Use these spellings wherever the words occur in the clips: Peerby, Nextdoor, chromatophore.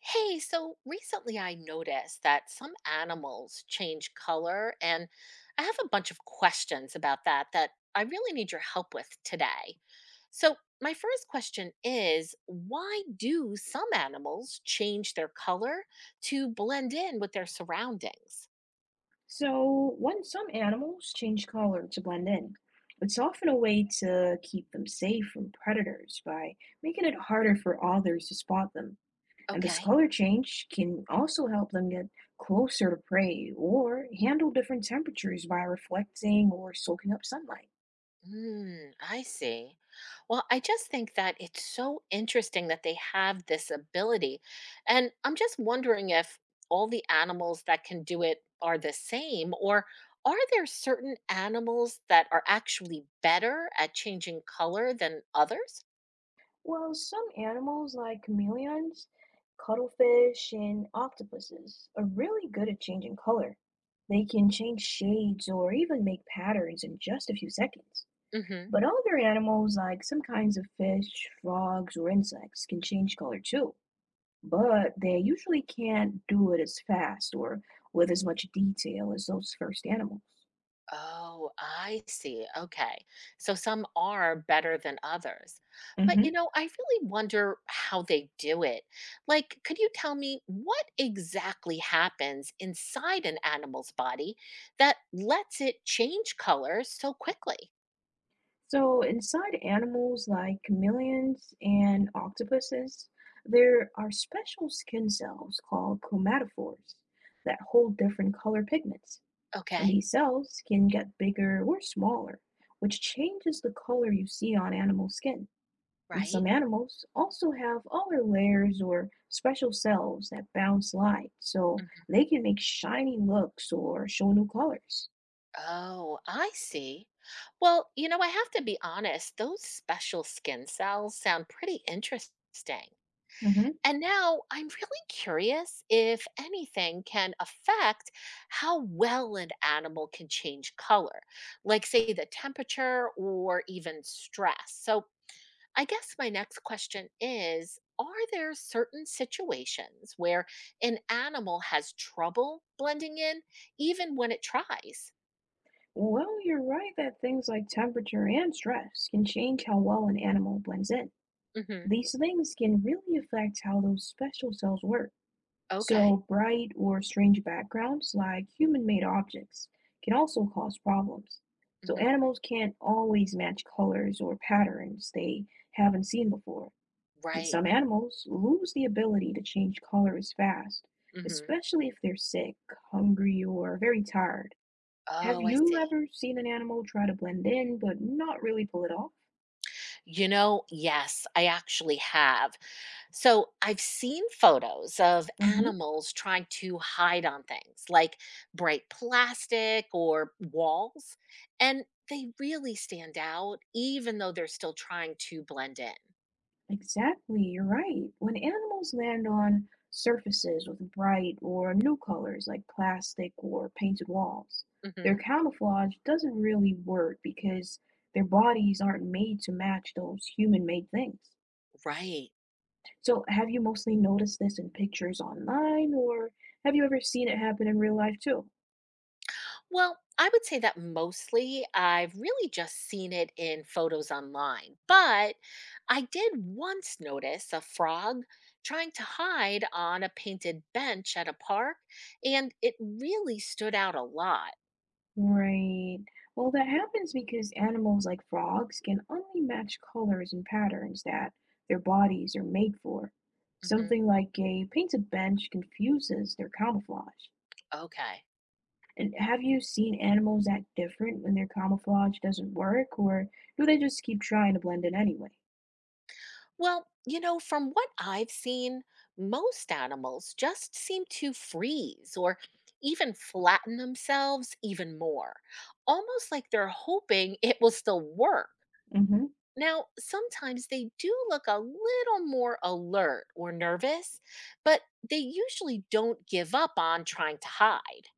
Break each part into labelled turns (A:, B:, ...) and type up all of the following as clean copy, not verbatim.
A: Hey, so recently I noticed that some animals change color, and I have a bunch of questions about that I really need your help with today. So, my first question is why do some animals change their color to blend in with their surroundings?
B: So, when some animals change color to blend in, it's often a way to keep them safe from predators by making it harder for others to spot them. And this
A: Okay.
B: color change can also help them get closer to prey or handle different temperatures by reflecting or soaking up sunlight.
A: Mm, I see. Well, I just think that it's so interesting that they have this ability. And I'm just wondering if all the animals that can do it are the same, or are there certain animals that are actually better at changing color than others?
B: Well, some animals like chameleons, cuttlefish, and octopuses are really good at changing color. They can change shades or even make patterns in just a few seconds.
A: Mm-hmm.
B: But other animals, like some kinds of fish, frogs, or insects, can change color too. But they usually can't do it as fast or with as much detail as those first animals.
A: Oh, I see. Okay. So some are better than others. But
B: hmm
A: you know, I really wonder how they do it. Like, could you tell me what exactly happens inside an animal's body that lets it change colors so quickly?
B: So, inside animals like chameleons and octopuses, there are special skin cells called chromatophores that hold different color pigments. And
A: Okay.
B: these cells can get bigger or smaller, which changes the color you see on animal skin. And
A: Right.
B: some animals also have other layers or special cells that bounce light, so
A: Mhm.
B: they can make shiny looks or show new colors.
A: Oh, I see. Well, you know, I have to be honest, those special skin cells sound pretty interesting.
B: hmm
A: And now I'm really curious if anything can affect how well an animal can change color, like, say, the temperature or even stress. So I guess my next question is, are there certain situations where an animal has trouble blending in, even when it tries?
B: Well, you're right that things like temperature and stress can change how well an animal blends in.
A: Hmm.
B: These things can really affect how those special cells work.
A: Okay.
B: So, bright or strange backgrounds, like human made objects, can also cause problems. So,
A: Hmm.
B: animals can't always match colors or patterns they haven't seen before. And
A: Right.
B: some animals lose the ability to change color as fast,
A: Hmm.
B: especially if they're sick, hungry, or very tired. Have
A: Oh, I
B: you
A: see.
B: ever seen an animal try to blend in but not really pull it off?
A: You know, yes, I actually have. So I've seen photos of
B: hmm
A: animals trying to hide on things like bright plastic or walls, and they really stand out even though they're still trying to blend in.
B: Exactly, you're right. When animals land on surfaces with bright or new colors like plastic or painted walls, their
A: Hmm.
B: camouflage doesn't really work because their bodies aren't made to match those human-made things.
A: Right.
B: So, have you mostly noticed this in pictures online, or have you ever seen it happen in real life too?
A: Well, I would say that mostly I've really just seen it in photos online, but I did once notice a frog trying to hide on a painted bench at a park, and it really stood out a lot.
B: Right. Well, that happens because animals like frogs can only match colors and patterns that their bodies are made for.
A: Hmm.
B: Something like a painted bench confuses their camouflage.
A: Okay.
B: And have you seen animals act different when their camouflage doesn't work, or do they just keep trying to blend in anyway?
A: Well, you know, from what I've seen, most animals just seem to freeze or even flatten themselves even more, almost like they're hoping it will still work.
B: hmm
A: Now, sometimes they do look a little more alert or nervous, but they usually don't give up on trying to hide.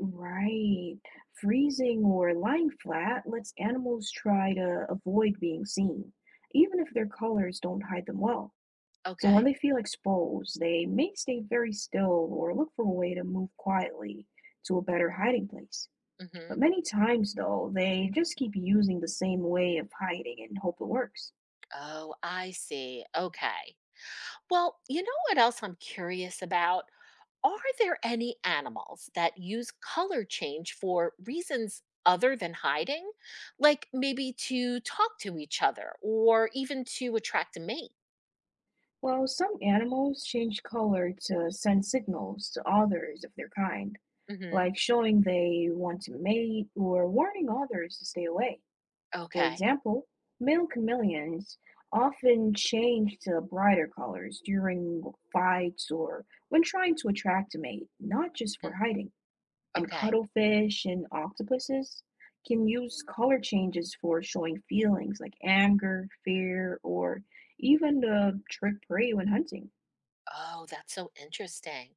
B: Right. Freezing or lying flat lets animals try to avoid being seen, even if their colors don't hide them well. So when
A: Okay.
B: they feel exposed, they may stay very still or look for a way to move quietly to a better hiding place.
A: Hmm.
B: But many times, though, they just keep using the same way of hiding and hope it works.
A: Oh, I see. Okay. Well, you know what else I'm curious about? Are there any animals that use color change for reasons other than hiding? Like maybe to talk to each other or even to attract a mate?
B: Well, some animals change color to send signals to others of their kind,
A: Hmm.
B: like showing they want to mate or warning others to stay away. For
A: Okay.
B: example, male chameleons often change to brighter colors during fights or when trying to attract a mate, not just for
A: Mhm.
B: hiding. And
A: Okay.
B: cuttlefish and octopuses can use color changes for showing feelings like anger, fear, or even to trick prey when hunting.
A: Oh, that's so interesting.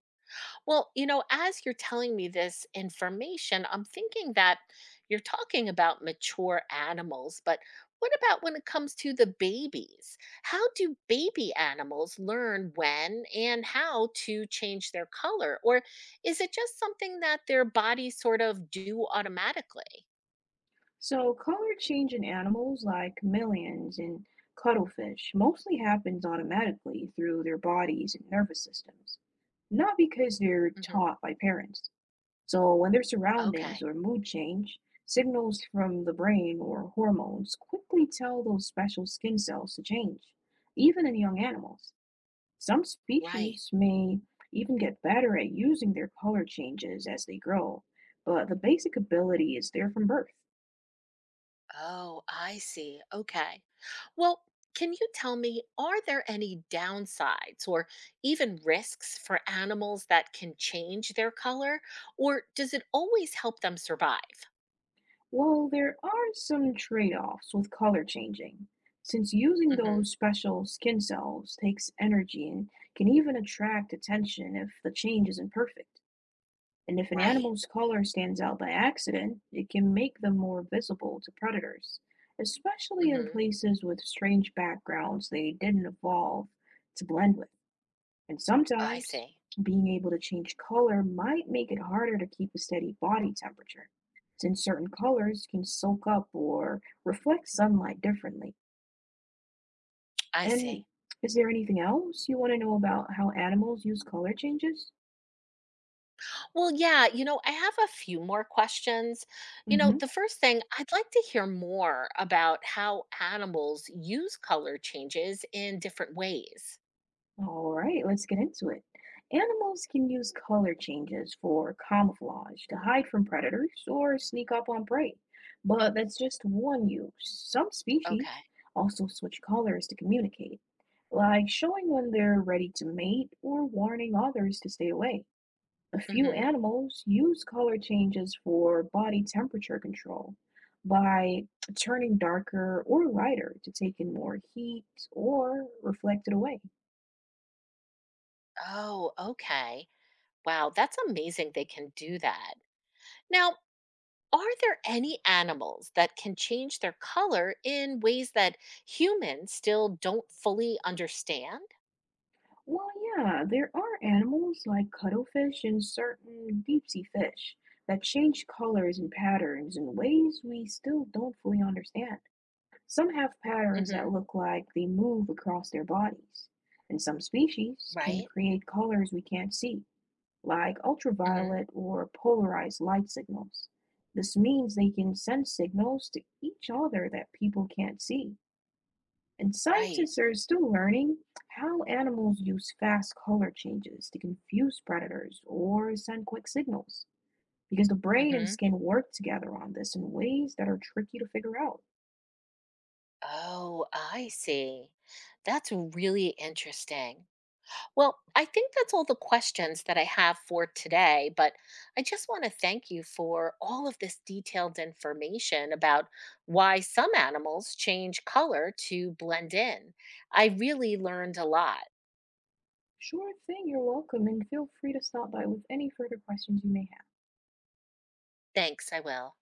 A: Well, you know, as you're telling me this information, I'm thinking that you're talking about mature animals, but what about when it comes to the babies? How do baby animals learn when and how to change their color? Or is it just something that their bodies sort of do automatically?
B: So, color change in animals like chameleons and cuttlefish mostly happens automatically through their bodies and nervous systems, not because they're
A: Hmm.
B: taught by parents. So, when their surroundings
A: Okay,
B: or mood change, signals from the brain or hormones quickly tell those special skin cells to change, even in young animals. Some
A: right.
B: species may even get better at using their color changes as they grow, but the basic ability is there from birth.
A: Oh, I see. Okay. Well, can you tell me, are there any downsides or even risks for animals that can change their color, or does it always help them survive?
B: Well, there are some trade-offs with color changing, since using
A: Hmm.
B: those special skin cells takes energy and can even attract attention if the change isn't perfect. And if an
A: Right.
B: animal's color stands out by accident, it can make them more visible to predators, especially in
A: Hmm.
B: places with strange backgrounds they didn't evolve to blend with. And
A: I
B: sometimes
A: see.
B: being able to change color might make it harder to keep a steady body temperature, since certain colors can soak up or reflect sunlight differently.
A: I see.
B: And is there anything else you want to know about how animals use color changes?
A: Well, yeah, you know, I have a few more questions. You know,
B: hmm
A: the first thing, I'd like to hear more about how animals use color changes in different ways.
B: All right, let's get into it. Animals can use color changes for camouflage to hide from predators or sneak up on prey, but that's just one use. Some species
A: Okay.
B: also switch colors to communicate, like showing when they're ready to mate or warning others to stay away. A few
A: Hmm.
B: animals use color changes for body temperature control by turning darker or lighter to take in more heat or reflect it away.
A: Oh, okay. Wow, that's amazing they can do that. Now, are there any animals that can change their color in ways that humans still don't fully understand?
B: Well, yeah, there are animals like cuttlefish and certain deep sea fish that change colors and patterns in ways we still don't fully understand. Some have patterns that
A: Mhm.
B: look like they move across their bodies, and some species can
A: Right?
B: create colors we can't see. Like
A: Mhm.
B: ultraviolet or polarized light signals. This means they can send signals to each other that people can't see. And
A: Right.
B: scientists are still learning how animals use fast color changes to confuse predators or send quick signals, because the brain and
A: Mhm.
B: skin work together on this in ways that are tricky to figure out.
A: Oh, I see. That's really interesting. Well, I think that's all the questions that I have for today, but I just want to thank you for all of this detailed information about why some animals change color to blend in. I really learned a lot.
B: Sure thing, you're welcome, and feel free to stop by with any further questions you may have.
A: Thanks, I will.